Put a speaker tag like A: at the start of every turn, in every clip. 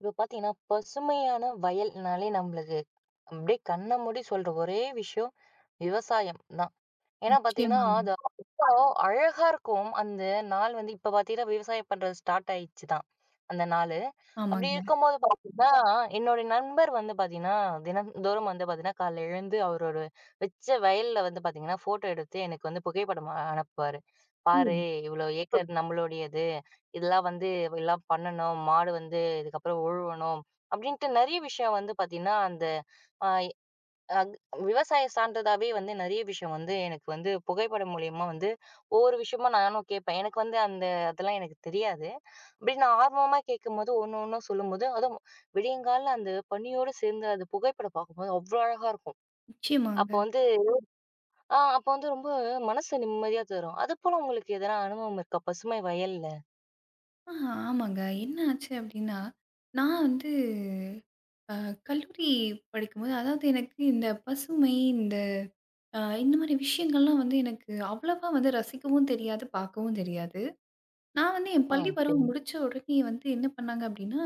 A: இப்போ பார்த்தீங்கன்னா, பசுமையான வயல்னாலே நம்மளுக்கு அப்படியே கண்ண மூடி சொல்ற ஒரே விஷயம் விவசாயம் தான். ஏன்னா பார்த்தீங்கன்னா,
B: நிச்சயமாங்க.
A: அது அவ்ளோ அழகா இருக்கும். அந்த நாள் வந்து இப்ப பார்த்தீங்கன்னா, விவசாயம் பண்றது ஸ்டார்ட் ஆயிடுச்சு தான், அந்த நாளு. அப்படி
B: ஆமாங்க.
A: இருக்கும்போது பார்த்தீங்கன்னா, என்னோட நண்பர் வந்து பார்த்தீங்கன்னா, தினந்தோறும் வந்து பார்த்தீங்கன்னா, காலைல எழுந்து அவரோட வச்ச வயல்ல வந்து பார்த்தீங்கன்னா, ஃபோட்டோ எடுத்து எனக்கு வந்து புகைப்படம் அனுப்புவாரு.
B: ஓ!
A: "பாரு, இவ்வளோ ஏக்கர் நம்மளுடையது. இதெல்லாம் வந்து எல்லாம் பண்ணணும். மாடு வந்து இதுக்கப்புறம் உழுவணும். அப்படின்ட்டு நெறைய விஷயம் வந்து பார்த்தீங்கன்னா, அந்த அ அக் விவசாயம் சார்ந்ததாவே வந்து நெறைய விஷயம் வந்து எனக்கு வந்து புகைப்படம் மூலியமா வந்து ஒவ்வொரு விஷயமா நானும் கேட்பேன். எனக்கு வந்து அந்த அதெல்லாம் எனக்கு தெரியாது. அப்படி நான் ஆர்வமா கேட்கும்போது ஒண்ணு ஒண்ணா சொல்லும்போது, அதுவும் விடியங்காலைல அந்த பனியோட சேர்ந்து அது புகைப்படம் பார்க்கும்போது அவ்ளோ அழகா இருக்கும்.
B: நிச்சயமாங்க.
A: அப்ப வந்து அப்ப வந்து ரொம்ப மனசு நிம்மதியா தரும். அதுபோல உங்களுக்கு எதனா அனுபவம் இருக்கா? பசுமை வயல்ல?
B: ஆ ஆமாங்க. என்ன ஆச்சு அப்டின்னா, நான் வந்து அ கல்லூரி படிக்கும்போது, அதாவது எனக்கு இந்த பசுமை, இந்த இந்த மாரி விஷயங்கள்லாம் வந்து எனக்கு அவ்வளவா வந்து ரசிக்கவும் தெரியாது, பார்க்கவும் தெரியாது. நான் வந்து என்
A: ஆ
B: பள்ளி
A: சரி,
B: பருவம் முடிச்ச உடனே வந்து என்ன பண்ணாங்க அப்டின்னா,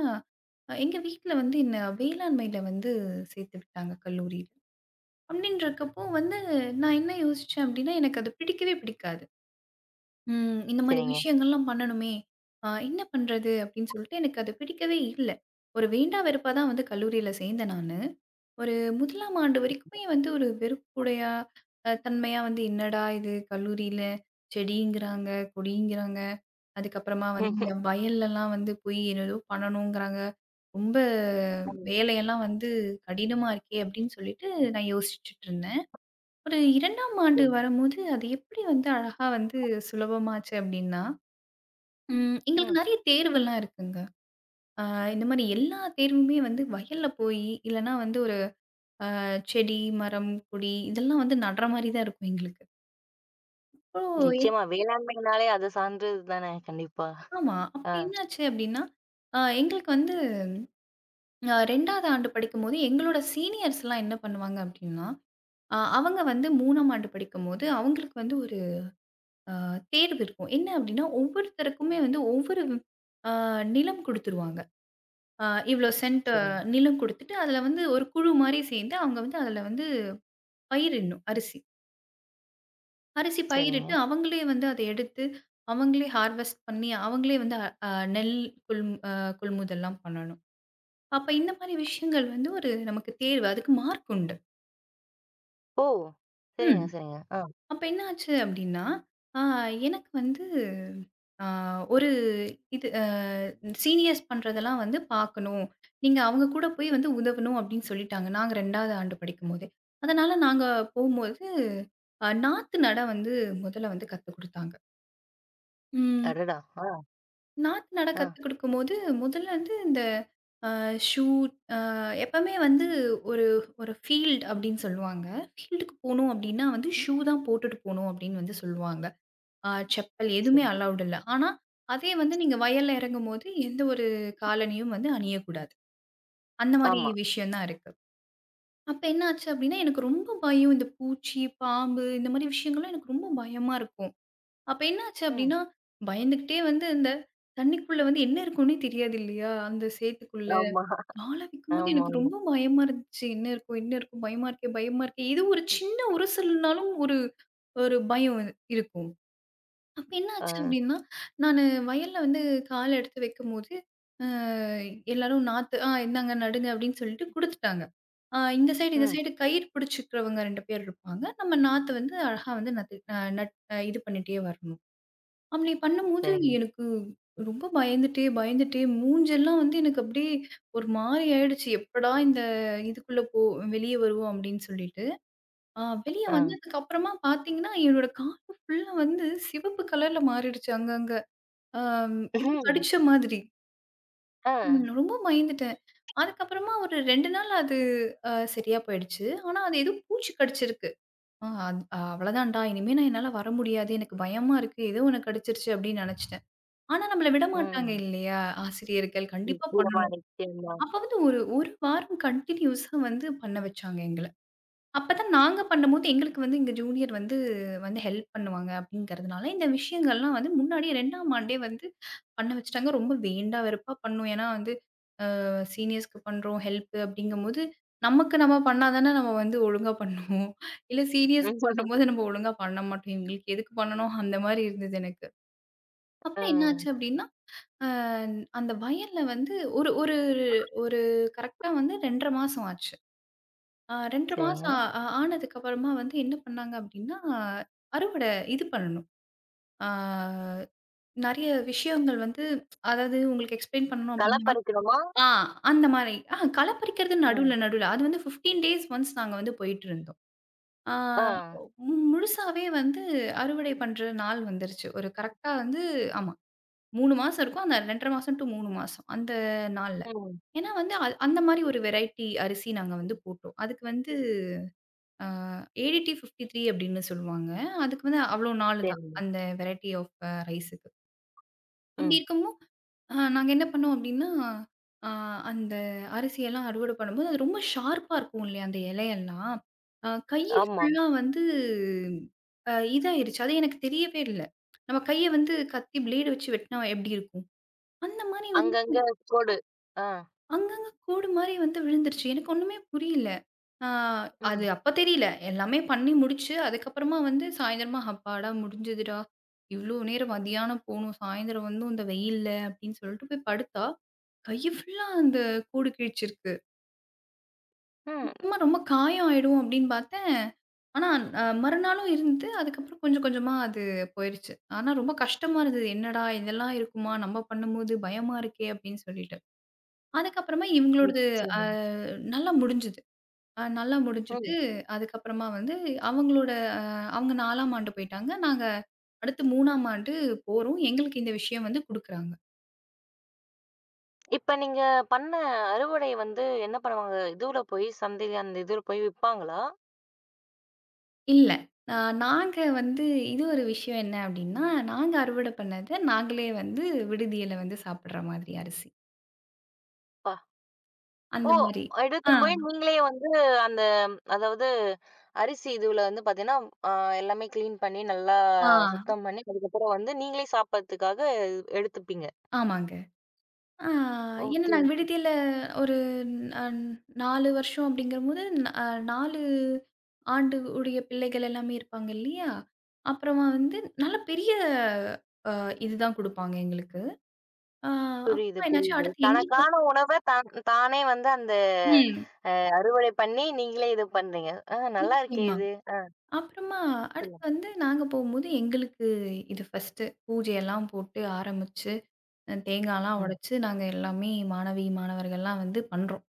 B: எங்க வீட்ல வந்து என்ன வேளாண்மையில வந்து சேர்த்து விட்டாங்க கல்லூரியில. அப்டின்றக்கப்போ வந்து நான் என்ன யோசிச்சேன் அப்டின்னா, எனக்கு அது பிடிக்கவே பிடிக்காது. ம். இந்த மாரி
A: சரிங்க.
B: விஷயங்கள்லாம் பண்ணணுமே! என்ன பண்றது? அப்படின்னு சொல்லிட்டு எனக்கு அது பிடிக்கவே இல்ல. ஒரு வேண்டா வெறுப்பா தான் வந்து கல்லூரியில சேர்ந்தேன் நானு. ஒரு முதலாம் ஆண்டு வரைக்குமே வந்து ஒரு வெறுப்புடையா, தன்மையா வந்து என்னடா இது கல்லூரியில செடிங்கிறாங்க, கொடிங்கிறாங்க. அதுக்கப்புறமா வந்து இந்த வயல்லலாம் வந்து போய் ஏதேதோ பண்ணணுங்கிறாங்க. ரொம்ப
A: ம்,
B: வேலையெல்லாம் வந்து கடினமா இருக்கே! அப்படின்னு சொல்லிட்டு நான் யோசிச்சுட்டு இருந்தேன். ஒரு 2ஆம் ஆண்டு
A: சரி.
B: வரும்போது, அது எப்படி வந்து அழகா வந்து சுலபமாச்சு அப்படின்னா,
A: ம்.
B: எங்களுக்கு நெறைய தேர்வெல்லாம் இருக்குங்க. அ இந்த மாரி எல்லா தேர்வுமே வந்து வயல்ல போயி, இல்லன்னா வந்து ஒரு செடி, மரம், கொடி இதெல்லாம் வந்து நடுற மாரி தான் இருக்கும் எங்களுக்கு. அப்போ
A: நிச்சயமா. வேளாண்மைனாலே அது சார்ந்தது தானே கண்டிப்பா.
B: ஆமா. அப்ப
A: ஆ
B: என்னாச்சு அப்படின்னா, எங்களுக்கு வந்து 2வது ஆண்டு படிக்கும்போது எங்களோட சீனியர்ஸ்லாம் என்ன பண்ணுவாங்க அப்படின்னா, அவங்க வந்து 3ஆம் ஆண்டு படிக்கும்போது, அவங்களுக்கு வந்து ஆ தேர்வு இருக்கும். என்ன அப்டின்னா, ஒவ்வொருத்தருக்குமே வந்து ஒவ்வொரு ஆ நிலம் குடுத்துருவாங்க. ஆ இவ்ளோ சென்ட்
A: சரிங்க,
B: நிலம் குடுத்துட்டு, அதுல வந்து ஒரு குழு மாரி சேர்ந்து, அவங்க வந்து அதுல வந்து பயிரிடணும் அரிசி. அரிசி பயிரிட்டு
A: சரிங்க.
B: அவங்களே வந்து அத எடுத்து, அவங்களே ஹார்வெஸ்ட் பண்ணி, அவங்களே வந்து அ நெல் கொள் அ கொள்முதல்லாம் பண்ணணும். அப்ப இந்த மாரி விஷயங்கள் வந்து ஒரு நமக்கு தேர்வு. அதுக்கு மார்க் உண்டு.
A: ஓ! சரிங்க,
B: ம்.
A: சரிங்க. ஆ.
B: அப்ப என்ன ஆச்சு அப்டின்னா, ஆ எனக்கு வந்து ஆ ஒரு இது அ சீனியர்ஸ் பண்றதெல்லாம் வந்து பார்க்கணும். நீங்க அவங்க கூட போய் வந்து உதவணும் அப்டின்னு சொல்லிட்டாங்க. நாங்க 2வது ஆண்டு படிக்கும்போதே. அதனால நாங்க போம்போது, நாத்து நட வந்து முதல்ல வந்து கத்துக் குடுத்தாங்க. ம்.
A: அடடா! ஆ,
B: நாத்து நட
A: ஆ.
B: கத்துக் குடுக்கும்போது, முதல்ல வந்து இந்த அ ஷூட் அ எப்பவுமே வந்து ஒரு ஒரு ஃபீல்ட் அப்டின்னு சொல்லுவாங்க. ஃபீல்டுக்கு போணும் அப்டின்னா வந்து ஷூ தான் போட்டுட்டு போணும் அப்டின்னு வந்து சொல்லுவாங்க. செப்பல் எதுவுமே
A: சரி.
B: அலவுட் இல்ல. ஆனா, அதே வந்து நீங்க வயல்ல இறங்கும்போது எந்த ஒரு காலணியும் வந்து அணியக்கூடாது. அந்த மாரி
A: ஆமா.
B: விஷயம் தான் இருக்கு. அப்ப என்ன ஆச்சு அப்டின்னா, எனக்கு ரொம்ப பயம். இந்த பூச்சி, பாம்பு இந்த மாரி விஷயங்கள்லாம் எனக்கு ரொம்ப பயமா இருக்கும். அப்ப என்ன ஆச்சு
A: ம்.
B: அப்டின்னா, பயந்துகிட்டே வந்து இந்த தண்ணிக்குள்ள வந்து என்ன இருக்குன்னே தெரியாது இல்லையா? அந்த சேத்துக்குள்ள.
A: ஆமா.
B: கால வைக்கும்போது
A: ஆமாமா.
B: எனக்கு ரொம்ப பயமா இருந்துச்சு. என்ன இருக்கும்? என்ன இருக்கும்? பயமா இருக்கே! பயமா இருக்கே! இது ஒரு சின்ன உரசல்னாலும் ஒரு ஒரு பயம் இருக்கும். அப்ப என்னாச்சு
A: ஆ.
B: அப்டின்னா, நானு வயல்ல வந்து கால எடுத்து வைக்கும்போது, அ எல்லாரும் நாத்து "ஆ இந்தாங்க நடுங்க" அப்டின்னு சொல்லிட்டு குடுத்துட்டாங்க. இந்த சைடு இந்த
A: ம்.
B: சைடு கயிறு பிடிச்சுக்கிறவங்க 2 பேர் இருப்பாங்க. நம்ம நாத்த வந்து அழகா வந்து நட்டு அ நட் அ இது பண்ணிட்டே வரணும். அப்படி பண்ணும்போது
A: சரிங்க.
B: எனக்கு ரொம்ப பயந்துட்டே பயந்துட்டே மூஞ்செல்லாம் வந்து எனக்கு அப்டியே ஒரு மாரி ஆயிடுச்சு. எப்படா இந்த இதுக்குள்ள வெளிய வருவோம் அப்டின்னு சொல்லிட்டு. வெளிய
A: ஆ.
B: வந்ததுக்கு அப்புறமா பார்த்தீங்கன்னா, என்னோட காது ஃபுல்லா வந்து சிவப்பு கலர்ல மாறிடுச்சு அங்கங்க. இது
A: ம்ஹ்ம்.
B: கடிச்ச மாதிரி.
A: ஆ.
B: ரொம்ப பயந்துட்டேன். அதுக்கப்புறமா ஒரு 2 நாள் அது சரியா போயிடுச்சு. ஆனா அது ஏதோ பூச்சி கடிச்சிருக்கு. ஆ அத் அவ்வளதான்டா இனிமே நான் என்னால வர முடியாது. எனக்கு பயமா இருக்கு. ஏதோ ஒண்ணு கடிச்சிருச்சு அப்படின்னு நெனச்சுட்டேன். ஆனா நம்மள விடமாட்டாங்க
A: ம்.
B: இல்லையா? ஆசிரியர்கள் கண்டிப்பா
A: நிச்சயமா,
B: பண்ணணும்.
A: நிச்சயமா.
B: அப்ப வந்து ஒரு 1 வாரம் கன்டினியூஸா வந்து பண்ண வச்சாங்க எங்கள. அப்பதான் நாங்க பண்ணும்போது, எங்களுக்கு வந்து எங்க ஜூனியர் வந்து வந்து ஹெல்ப் பண்ணுவாங்க அப்படிங்கிறதுனால, இந்த விஷயங்கள்லாம் வந்து முன்னாடியே 2ஆம் ஆண்டே வந்து பண்ண வச்சுட்டாங்க. ரொம்ப வேண்டா வெறுப்பா பண்ணோம். ஏன்னா வந்து சீனியர்ஸ்க்கு பண்றோம் ஹெல்ப் அப்படிங்கும்போது, நமக்கு நம்ம பண்ணா தானே நம்ம வந்து ஒழுங்கா பண்ணுவோம். இல்ல சீனியர்ஸ்க்கு பண்ணும்போது நம்ம ஒழுங்கா பண்ண மாட்டோம். இவங்களுக்கு எதுக்கு பண்ணணும் அந்த மாரி இருந்தது எனக்கு.
A: ஆ.
B: அப்புறம் என்னாச்சு அப்படின்னா, அ அந்த வயல்ல வந்து ஒரு ஒரு ஒரு கரெக்ட்டா வந்து 2 1/2 மாசம் ஆச்சு. 2 1/2
A: சரிங்க.
B: மாசம் ஆனதுக்கப்புறமா வந்து என்ன பண்ணாங்க அப்டின்னா, அறுவடை இது பண்ணணும். ஆ நெறைய விஷயங்கள் வந்து அதாவது உங்களுக்கு எக்ஸ்ப்ளைன் பண்ணணும்
A: களை
B: அப்டின்னா,
A: பறிக்கணுமா?
B: ஆ அந்த மாரி. கள பறிக்கிறது
A: ம்.
B: நடுவுல நடுவுல. அது வந்து 15 டேஸ் ஒன்ஸ் நாங்க வந்து போயிட்டுருந்தோம். ஆ
A: ஆ.
B: மு முழுசாவே வந்து அறுவடை பண்ற நாள் வந்துருச்சு. ஒரு கரெக்ட்டா வந்து ஆமா. 3 மாசம் இருக்கும். அந்த 2 1/2 மாசம் டூ 3 மாசம் அந்த நாள்ல.
A: ம்.
B: ஏன்னா வந்து அந்த மாரி ஒரு வெரைட்டி அரிசி நாங்க வந்து போட்டோம். அதுக்கு வந்து ஆ ஏடிடி-53 அப்படின்னு சொல்லுவாங்க. அதுக்கு வந்து அவ்ளோ நாளு தான்.
A: சரிங்க.
B: அந்த வெரைட்டி ஆஃப் ரைஸுக்கு. அப்படி
A: ம்.
B: இருக்கவும், நாங்க என்ன பண்ணோம் அப்படின்னா, அ அந்த அரிசியெல்லாம் அறுவடை பண்ணும்போது, அது ரொம்ப ஷார்ப்பா இருக்கும் இல்லையா அந்த இலையெல்லாம். கை
A: ஆமா.
B: ஃபுல்லா வந்து இதாயிருச்சு. அது எனக்கு தெரியவே இல்ல. நம்ம கைய வந்து கத்தி பிளேடு வச்சு வெட்டினா எப்படி இருக்கும்? அந்த மாரி வந்து
A: அங்கங்க கோடு. ஆ.
B: அங்கங்க கூடு மாரி வந்து விழுந்துருச்சு. எனக்கு ஒண்ணுமே புரியல. ஆ அது
A: ம்.
B: அப்ப தெரியல. எல்லாமே பண்ணி முடிச்சு, அதுக்கப்புறமா வந்து சாயந்தரமா "அப்பாடா! முடிஞ்சதுடா. இவ்ளோ நேரம் மதியானம் போணும். சாயந்தரம் வந்தும் இந்த வெயில்ல" அப்படின்னு சொல்லிட்டு போய் படுத்தா, கைய ஃபுல்லா அந்த கூடு கிழிச்சிருக்கு.
A: ம்.
B: அப்புறமா ரொம்ப காயம் ஆயிடும் அப்படின்னு பார்த்தேன். ஆனா மறுநாளும் இருந்து, அதுக்கப்புறம் கொஞ்சம் கொஞ்சமா அது போயிருச்சு. ஆனா ரொம்ப கஷ்டமா இருந்தது. "என்னடா இதெல்லாம் இருக்குமா? நம்ம பண்ணும்போது பயமா இருக்கே!" அப்படின்னு சொல்லிட்டு. அதுக்கப்புறமா இவங்களோடது அ
A: நிச்சயமா.
B: நல்லா முடிஞ்சது. நல்லா முடிஞ்சுட்டு,
A: ம்.
B: அதுக்கப்புறமா வந்து அவங்களோட அ அவங்க 4ஆம் ஆண்டு போயிட்டாங்க. நாங்க அடுத்து 3ஆம் ஆண்டு போறோம். எங்களுக்கு இந்த விஷயம் வந்து குடுக்குறாங்க.
A: இப்ப நீங்க பண்ண அறுவடை வந்து என்ன பண்ணுவாங்க? இதுல போய் சந்தையில அந்த இதுல போய் விப்பாங்களா?
B: இல்ல. அ நாங்க வந்து இது ஒரு விஷயம் என்ன அப்டின்னா, நாங்க அறுவடை பண்ணத நாங்களே வந்து விடுதியில வந்து சாப்பிடுற மாதிரி அரிசி.
A: பா ஓ!
B: அந்த மாரி. ஆ,
A: எடுத்துன்னு போய் நீங்களே வந்து அந்த அதாவது அரிசி இதுல வந்து பார்த்தீங்கன்னா, அ எல்லாமே கிளீன் பண்ணி நல்லா
B: ஆ,
A: சுத்தம் பண்ணி, அதுக்கப்புறம் வந்து நீங்களே சாப்பிடறதுக்காக எடுத்துப்பீங்க.
B: ஆமாங்க. ஆ ஏன்னா
A: ஓகே.
B: நாங்க விடுதியில ஒரு அ 4 வருஷம் அப்படிங்கும்போது, ந- அ 4 ஆண்டு உடைய பிள்ளைகள் எல்லாமே இருப்பாங்க இல்லையா? அப்புறமா வந்து நல்ல பெரிய இதுதான் குடுப்பாங்க எங்களுக்கு. ஆ
A: புரியுது,
B: அப்புறமா என்னாச்சு
A: புரியுது.
B: அடுத்து எங்களுக்கு
A: தனக்கான உணவ தான் தானே வந்து அந்த
B: ம்.
A: அறுவடை பண்ணி நீங்களே இது பண்றீங்க. ஆ நல்லா இருக்கே
B: நிச்சயமா.
A: இது. ஆ
B: அப்புறமா அடுத்து
A: சொல்லுங்க.
B: வந்து நாங்க போகும்போது எங்களுக்கு இது ஃபர்ஸ்ட்டு பூஜையெல்லாம் போட்டு ஆரம்பிச்சு தேங்காய்லாம்
A: ம்.
B: உடைச்சு நாங்க எல்லாமே மாணவி, மாணவர்கள்லாம் வந்து பண்றோம்.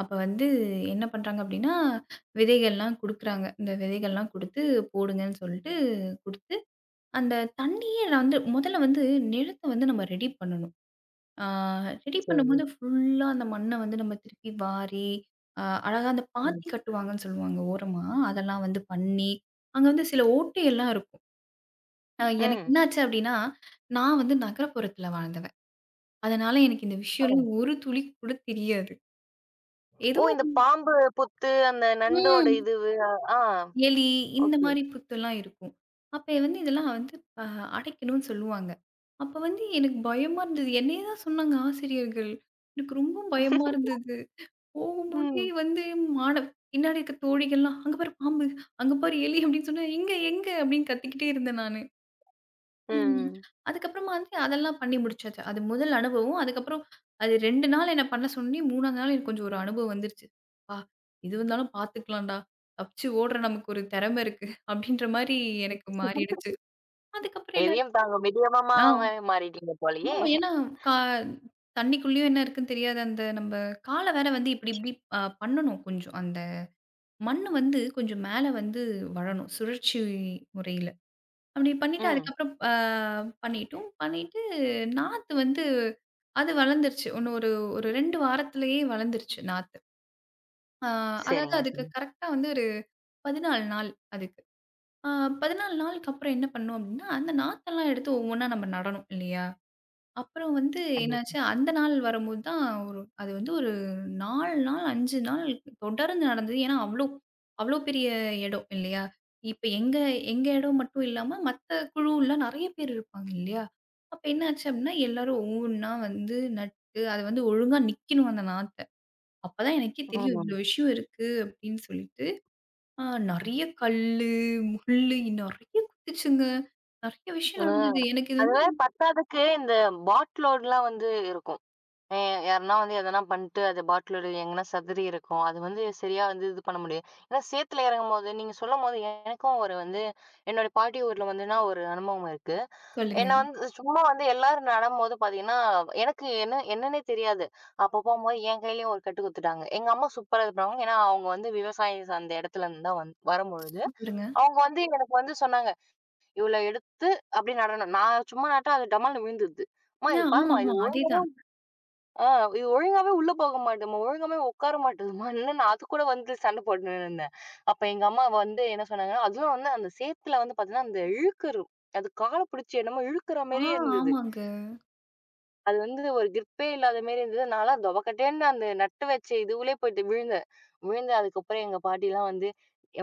B: அப்ப வந்து என்ன பண்றாங்க அப்டின்னா, விதைகள்லாம் குடுக்குறாங்க. இந்த விதைகள்லாம் குடுத்து போடுங்கன்னு சொல்லிட்டு குடுத்து, அந்த தண்ணியே நான் வந்து முதல்ல வந்து நிலத்த வந்து நம்ம ரெடி பண்ணணும். ஆ ரெடி
A: சரி.
B: பண்ணும்போது ஃபுல்லா அந்த மண்ண வந்து நம்ம திருப்பி வாரி, அ அழகா அந்த
A: ம்.
B: பாத்தி கட்டுவாங்கன்னு சொல்லுவாங்க ஓரமா. அதெல்லாம் வந்து பண்ணி, அங்க வந்து சில ஓட்டையெல்லாம் இருக்கும். எனக்கு
A: ம்.
B: என்னாச்சு அப்டின்னா, நான் வந்து நகரப்புறத்துல வாழ்ந்தவ. அதனால எனக்கு இந்த
A: ஆ.
B: விஷயம்லாம் ஒரு துளி கூட தெரியாது. ஏதோ
A: ஓ! இந்த பாம்பு புத்து அந்த நண்டோட
B: ம்.
A: இதுவு ஆ
B: எலி இந்த
A: ஓகே.
B: மாரி புத்தெல்லாம் இருக்கும். அப்ப வந்து இதெல்லாம் வந்து அ அடைக்கணும்னு சொல்லுவாங்க. அப்ப வந்து எனக்கு பயமா இருந்தது. என்னைய தான் சொன்னாங்க ஆசிரியர்கள். எனக்கு ரொம்ப பயமா இருந்தது. போகும்போதே
A: ம்.
B: வந்து மாணவ பின்னாடி இருக்க தோழிகள்லாம் "அங்க பாரு பாம்பு, அங்க பாரு எலி" அப்படின்னு சொன்னா "எங்க? எங்க?" அப்படின்னு கத்திக்கிட்டே இருந்தேன் நானு.
A: ம்,
B: ம்.
A: ம்.
B: அதுக்கப்புறமா வந்து அதெல்லாம் பண்ணி முடிச்சாச்சு. அது முதல் அனுபவம். அதுக்கப்புறம் அது 2 நாள் என்ன பண்ண சொன்னி, 3வது நாள் எனக்கு கொஞ்சம் ஒரு அனுபவம் வந்துருச்சு. "அப்பா! எது வந்தாலும் பார்த்துக்கலாம்டா. தப்பிச்சு ஓடுற நமக்கு ஒரு திறமை இருக்கு." அப்படின்ற மாரி எனக்கு மாறிடுச்சு. அதுக்கப்புறம் என்னாச்சு
A: எதையும் தாங்க
B: ஆ
A: மிதமாவே மாறிட்டீங்க
B: ஆமா.
A: போலயே!
B: ஏன்னா கா தண்ணிக்குள்ளேயும் என்ன இருக்குன்னு தெரியாது. அந்த நம்ப கால வேற வந்து இப்படி இப்படி பண்ணணும் கொஞ்சம். அந்த மண்ணு வந்து கொஞ்சம் மேல வந்து வழணும். சுழற்சி முறையில. அப்படி பண்ணிட்டு
A: ம்.
B: அதுக்கப்புறம் பண்ணிட்டோம். பண்ணிட்டு நாத்து வந்து அது வளர்ந்துருச்சு. இன்னும் ஒரு ஒரு 2 வாரத்திலேயே வளர்ந்துருச்சு நாத்து. ஆ அதாவது
A: சரிங்க,
B: அதுக்கு
A: சரிங்க.
B: கரெக்ட்டா வந்து ஒரு 14 நாள் அதுக்கு. ஆ 14 நாளுக்கு அப்புறம் என்ன பண்ணோம் அப்படின்னா, அந்த நாத்தெல்லாம் எடுத்து ஒவ்வொன்னா நம்ம நடணும் இல்லையா? அப்புறம் வந்து
A: கண்டிப்பா.
B: என்னாச்சு, அந்த நாள் வரும்போது தான் ஒரு அது வந்து ஒரு 4 நாள், 5 நாள் தொடர்ந்து நடந்தது. ஏன்னா, அவ்ளோ அவ்ளோ பெரிய இடம் இல்லையா? இப்ப எங்க எங்க இடம் மட்டும் இல்லாம, மத்த குழுலாம் நெறைய பேர் இருப்பாங்க இல்லையா? அப்ப என்னாச்சு அப்டின்னா, எல்லாரும் ஒவ்வொன்னா வந்து நட்டு, அது வந்து ஒழுங்கா நிக்கணும் அந்த நாத்த. அப்பதான் எனக்கே தெரியும்
A: ம்.
B: இவ்ளோ விஷயம் இருக்கு அப்டின்னு சொல்லிட்டு. ஆ நெறைய கல்லு, முள்ளு நெறைய குத்துச்சுங்க. நெறைய விஷயம்
A: ஆ.
B: நடந்தது. எனக்கு இது வந்து
A: அதுவே பத்தாததுக்கு இந்த பாட்டிலோடலாம் வந்து இருக்கும். அ யாருன்னா வந்து எதனா பண்ணிட்டு அது பாட்டிலோட எங்கனா சதறி இருக்கும். அது வந்து சரியா வந்து இது பண்ண முடியாது. ஏன்னா சேத்துல இறங்கும்போது நீங்க சொல்லும்போது எனக்கும் ஒரு வந்து என்னோட பாட்டி ஊர்ல வந்துனா ஒரு அனுபவம் இருக்கு.
B: சொல்லுங்க.
A: என்ன
B: சூப்பருங்க.
A: வந்து சும்மா வந்து எல்லாரும் நடும்போது பார்த்தீங்கன்னா, எனக்கு என்ன என்னன்னே தெரியாது. அப்ப போம்போது என் கையிலயும் ஒரு கட்டு குடுத்துட்டாங்க. எங்க அம்மா சூப்பரா இது பண்ணுவாங்க. ஏன்னா, அவங்க வந்து விவசாயி சார்ந்த இடத்துல இருந்து தான் வரும்பொழுது,
B: சொல்லுங்க.
A: அவங்க வந்து எனக்கு வந்து சொன்னாங்க, "இவ்ளோ எடுத்து அப்படி நடணும்." நான் சும்மா நட்டா அது டமால்னு விழுந்துருது. "அம்மா இது பாரும்மா,
B: ஆமாமா. அதேதான்.
A: ஆ இது ஒழுங்காவே உள்ள போக மாட்டுதும்மா, ஒழுங்காவே உட்கார மாட்டுதும்மா." நான் அதுக்கூட வந்து சண்டை போட்டுன்னு இருந்தேன். அப்ப எங்க அம்மா வந்து என்ன சொன்னாங்கன்னா, அதுவும் வந்து அந்த சேத்துல வந்து பார்த்தீங்கன்னா, அந்த இழுக்குரும். அது கால பிடிச்சு என்னமோ இழுக்குற
B: ஆ
A: மாரியே இருந்தது.
B: ஆமாங்க.
A: அது வந்து ஒரு கிரிப்பே இல்லாத மாரி இருந்தது. நான்லாம் தொபக்கட்டேன்னு அந்த நட்டு வச்ச இதுவுலே போயிட்டு விழுந்தேன். விழுந்து அதுக்கப்புறம் எங்க பாட்டிலாம் வந்து,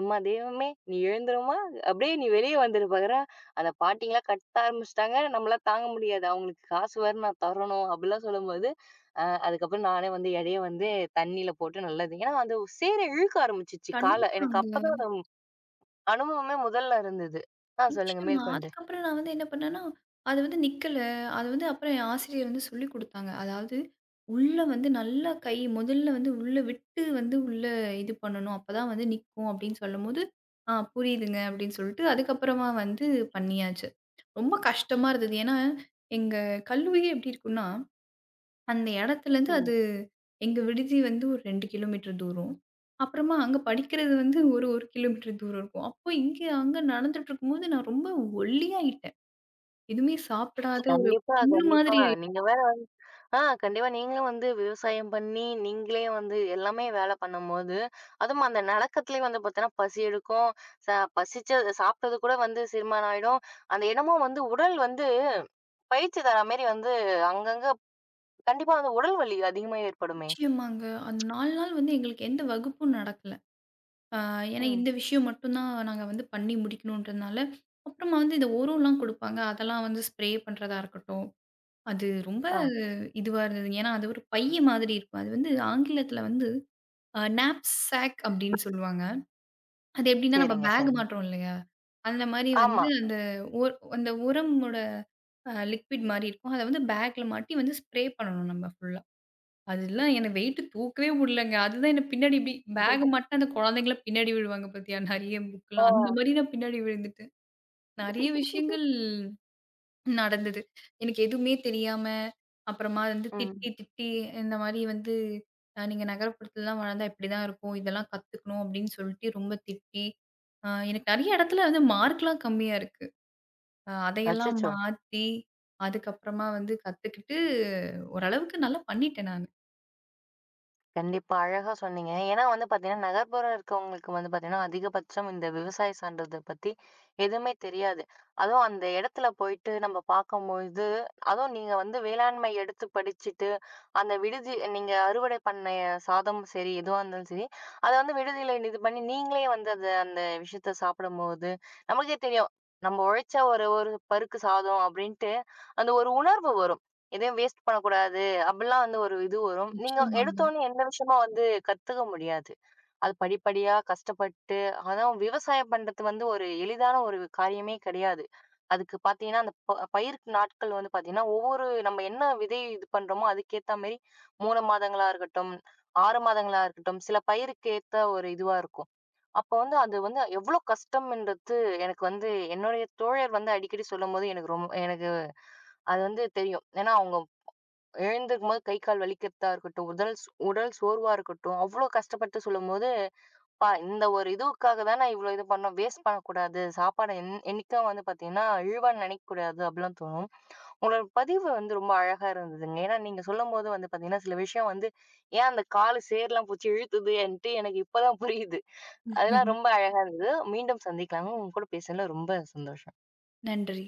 A: "எம்மா தெய்வமே! நீ எழுந்துரும்மா! அப்படியே நீ வெளிய வந்துரு பகரா" அந்த பாட்டிங்கலாம் கத்த ஆரம்பிச்சுட்டாங்க. நம்மளால தாங்க முடியாது. அவங்களுக்கு காசு வேற நான் தரணும் அப்படிலாம் சொல்லும்போது, அதுக்கப்புறம் நானே வந்து எடைய வந்து தண்ணீல போட்டு நல்லது. ஏன்னா அந்த சேர இழுக்க ஆரம்பிச்சுச்சு கால. எனக்கு அப்பதான்
B: கண்டிப்பாங்க.
A: அந்த அனுபவமே முதல்ல இருந்தது. ஆ சொல்லுங்க
B: நிச்சயமா.
A: மேற்கொண்டு.
B: அதுக்கப்புறம் நான் வந்து என்ன பண்ணேன்னா, அது வந்து நிக்கல. அது வந்து அப்புறம் என் ஆசிரியர் வந்து சொல்லிக் குடுத்தாங்க. அதாவது உள்ள வந்து நல்லா கை முதல்ல வந்து உள்ள விட்டு வந்து உள்ள இது பண்ணணும். அப்பதான் வந்து நிக்கும் அப்படின்னு சொல்லும்போது, ஆ புரியுதுங்க அப்படின்னு சொல்லிட்டு அதுக்கப்புறமா வந்து பண்ணியாச்சு. ரொம்ப கஷ்டமா இருந்தது. ஏன்னா, எங்க கல்லூரியே எப்படி இருக்கும்னா அந்த இடத்துலேருந்து
A: ம்.
B: அது எங்க விடுதி வந்து ஒரு 2 கிலோமீட்டர் தூரம். அப்புறமா அங்க படிக்கிறது வந்து ஒரு 1 கிலோமீட்டர் தூரம் இருக்கும். அப்போ இங்க அங்க நடந்துட்டு இருக்கும்போது நான் ரொம்ப ஒல்லியாயிட்டேன். எதுவுமே சாப்பிடாத ஒரு
A: கண்டிப்பா,
B: பொண்ணு
A: கண்டிப்பா.
B: மாதிரி ஆயிட்டேன்.
A: நீங்க ஆ கண்டிப்பா. நீங்களும் வந்து விவசாயம் பண்ணி, நீங்களே வந்து எல்லாமே வேலை பண்ணும்போது, அதுவும் அந்த நடக்கத்துலயே வந்து பார்த்தீங்கன்னா, பசி எடுக்கும். ச பசிச்ச சாப்பிட்டது கூட வந்து செரிமானம் ஆயிடும். அந்த இடமும் வந்து உடல் வந்து பயிற்சி தர மாரி வந்து அங்கங்க கண்டிப்பா வந்து உடல் வலி அதிகமா ஏற்படுமே!
B: நிச்சயமாங்க. அந்த 4 நாள் வந்து எங்களுக்கு எந்த வகுப்பும் நடக்கல. ஆ ஏன்னா
A: ம்.
B: இந்த விஷயம் மட்டும் தான் நாங்க வந்து பண்ணி முடிக்கணுன்றதுனால, அப்புறமா வந்து இந்த உரம்லாம் குடுப்பாங்க. அதெல்லாம் வந்து ஸ்ப்ரே பண்றதா இருக்கட்டும். அது ரொம்ப
A: ஆ.
B: இதுவா இருந்ததுங்க. ஏன்னா அது ஒரு பை மாதிரி இருக்கும். அது வந்து ஆங்கிலத்தில வந்து நாப் சாக் அப்படின்னு சொல்லுவாங்க. அது எப்படின்னா, நம்ம
A: சரிங்க,
B: பேக்
A: சரிங்க.
B: மாட்டுறோம் இல்லையா? அந்த மாரி வந்து
A: ஆமா.
B: அந்த அந்த உரமோட லிக்விட் மாரி இருக்கும். அத வந்து பேக்ல மாட்டி வந்து ஸ்ப்ரே பண்ணணும் நம்ம ஃபுல்லா. அதெல்லாம் என்ன வெயிட் தூக்கவே முடியலங்க. அதுதான் என்ன பின்னாடி இப்படி பேக் மாட்டுனா அந்த குழந்தைங்கலாம் பின்னாடி விழுவாங்க பார்த்தியா? நெறைய புக்லாம் அந்த
A: ஆ.
B: மாரி நான் பின்னாடி விழுந்துட்டேன். நெறைய விஷயங்கள் நடந்தது. எனக்கு எதுவுமே தெரியாம, அப்புறமா வந்து
A: ம்.
B: திட்டி, திட்டி இந்த மாரி வந்து "நீங்க நகரப்புறத்துலலாம் வளர்ந்தா இப்படிதான் இருக்கும். இதெல்லாம் கத்துக்கணும்." அப்படின்னு சொல்லிட்டு ரொம்ப திட்டி, எனக்கு நெறைய இடத்துல வந்து மார்க்லாம் கம்மியா இருக்கு. அதையெல்லாம்
A: அச்சச்சோ!
B: மாத்தி, அதுக்கப்புறமா வந்து கத்துக்கிட்டு ஓரளவுக்கு நல்லா பண்ணிட்டேன் நானு.
A: கண்டிப்பா. அழகா சொன்னீங்க. ஏன்னா வந்து பார்த்தீங்கன்னா, நகர்ப்புறம் இருக்கவங்களுக்கு வந்து பார்த்தீங்கன்னா, அதிகபட்சம் இந்த விவசாயம் சார்ந்தத பத்தி எதுவுமே தெரியாது. அதுவும் அந்த இடத்துல போயிட்டு நம்ம பார்க்கும்பொழுது, அதுவும் நீங்க வந்து வேளாண்மை எடுத்து படிச்சுட்டு, அந்த விடுதி நீங்க அறுவடை பண்ண சாதம் சரி, எதுவா இருந்தாலும் சரி, அத வந்து விடுதியில இது பண்ணி நீங்களே வந்து அத அந்த விஷயத்த சாப்பிடும்போது, நமக்கே தெரியும். நம்ம உழைச்ச ஒரு ஒரு பருக்கு சாதம் அப்படின்ட்டு, அந்த ஒரு உணர்வு வரும். எதையும் வேஸ்ட் பண்ணக்கூடாது. அப்படிலாம் வந்து ஒரு இது வரும். நீங்க
B: நிச்சயமாங்க.
A: எடுத்தோனே எந்த விஷயமும் வந்து கத்துக்க முடியாது. அது படிப்படியா கஷ்டப்பட்டு அதுவும் விவசாயம் பண்றது வந்து ஒரு எளிதான ஒரு காரியமே கிடையாது. அதுக்கு பார்த்தீங்கன்னா, அந்த பயிர் நாட்கள் வந்து பார்த்தீங்கன்னா, ஒவ்வொரு நம்ம என்ன விதை இது பண்றோமோ, அதுக்கேத்த மாரி 3 மாதங்களா இருக்கட்டும், 6 மாதங்களா இருக்கட்டும், சில பயிருக்கு ஏத்த ஒரு இதுவா இருக்கும். அப்போ வந்து அது வந்து எவ்வளோ கஷ்டம்ன்றது எனக்கு வந்து என்னுடைய தோழர் வந்து அடிக்கடி சொல்லும்போது எனக்கு ரொம்ப எனக்கு அது வந்து தெரியும். ஏன்னா, அவங்க எழுந்திருக்கும்போது கை, கால் வலிக்கிறதா இருக்கட்டும், உடல் சோர்வா இருக்கட்டும், அவ்ளோ கஷ்டப்பட்டு சொல்லும்போது, "அப்பா இந்த ஒரு இதுவுக்காக தான் நான் இவ்ளோ இது பண்ணோம். வேஸ்ட் பண்ணக்கூடாது. சாப்பாட என்னைக்கும் வந்து பார்த்தீங்கன்னா, இழிவா நினைக்கக்கூடாது." அப்படிலாம் தோணும். உங்களோட பதிவு வந்து ரொம்ப அழகா இருந்ததுங்க. ஏன்னா, நீங்க சொல்லும்போது வந்து பார்த்தீங்கன்னா, சில விஷயம் வந்து, ஏன் அந்த காலு சேர்லாம் புடிச்சு இழுத்துதுன்ட்டு எனக்கு இப்ப தான் புரியுது. அதெல்லாம் ரொம்ப அழகா இருந்தது. மீண்டும் சந்திக்கலாங்க. உங்க கூட பேசுனதுல ரொம்ப சந்தோஷம்.
B: நன்றி.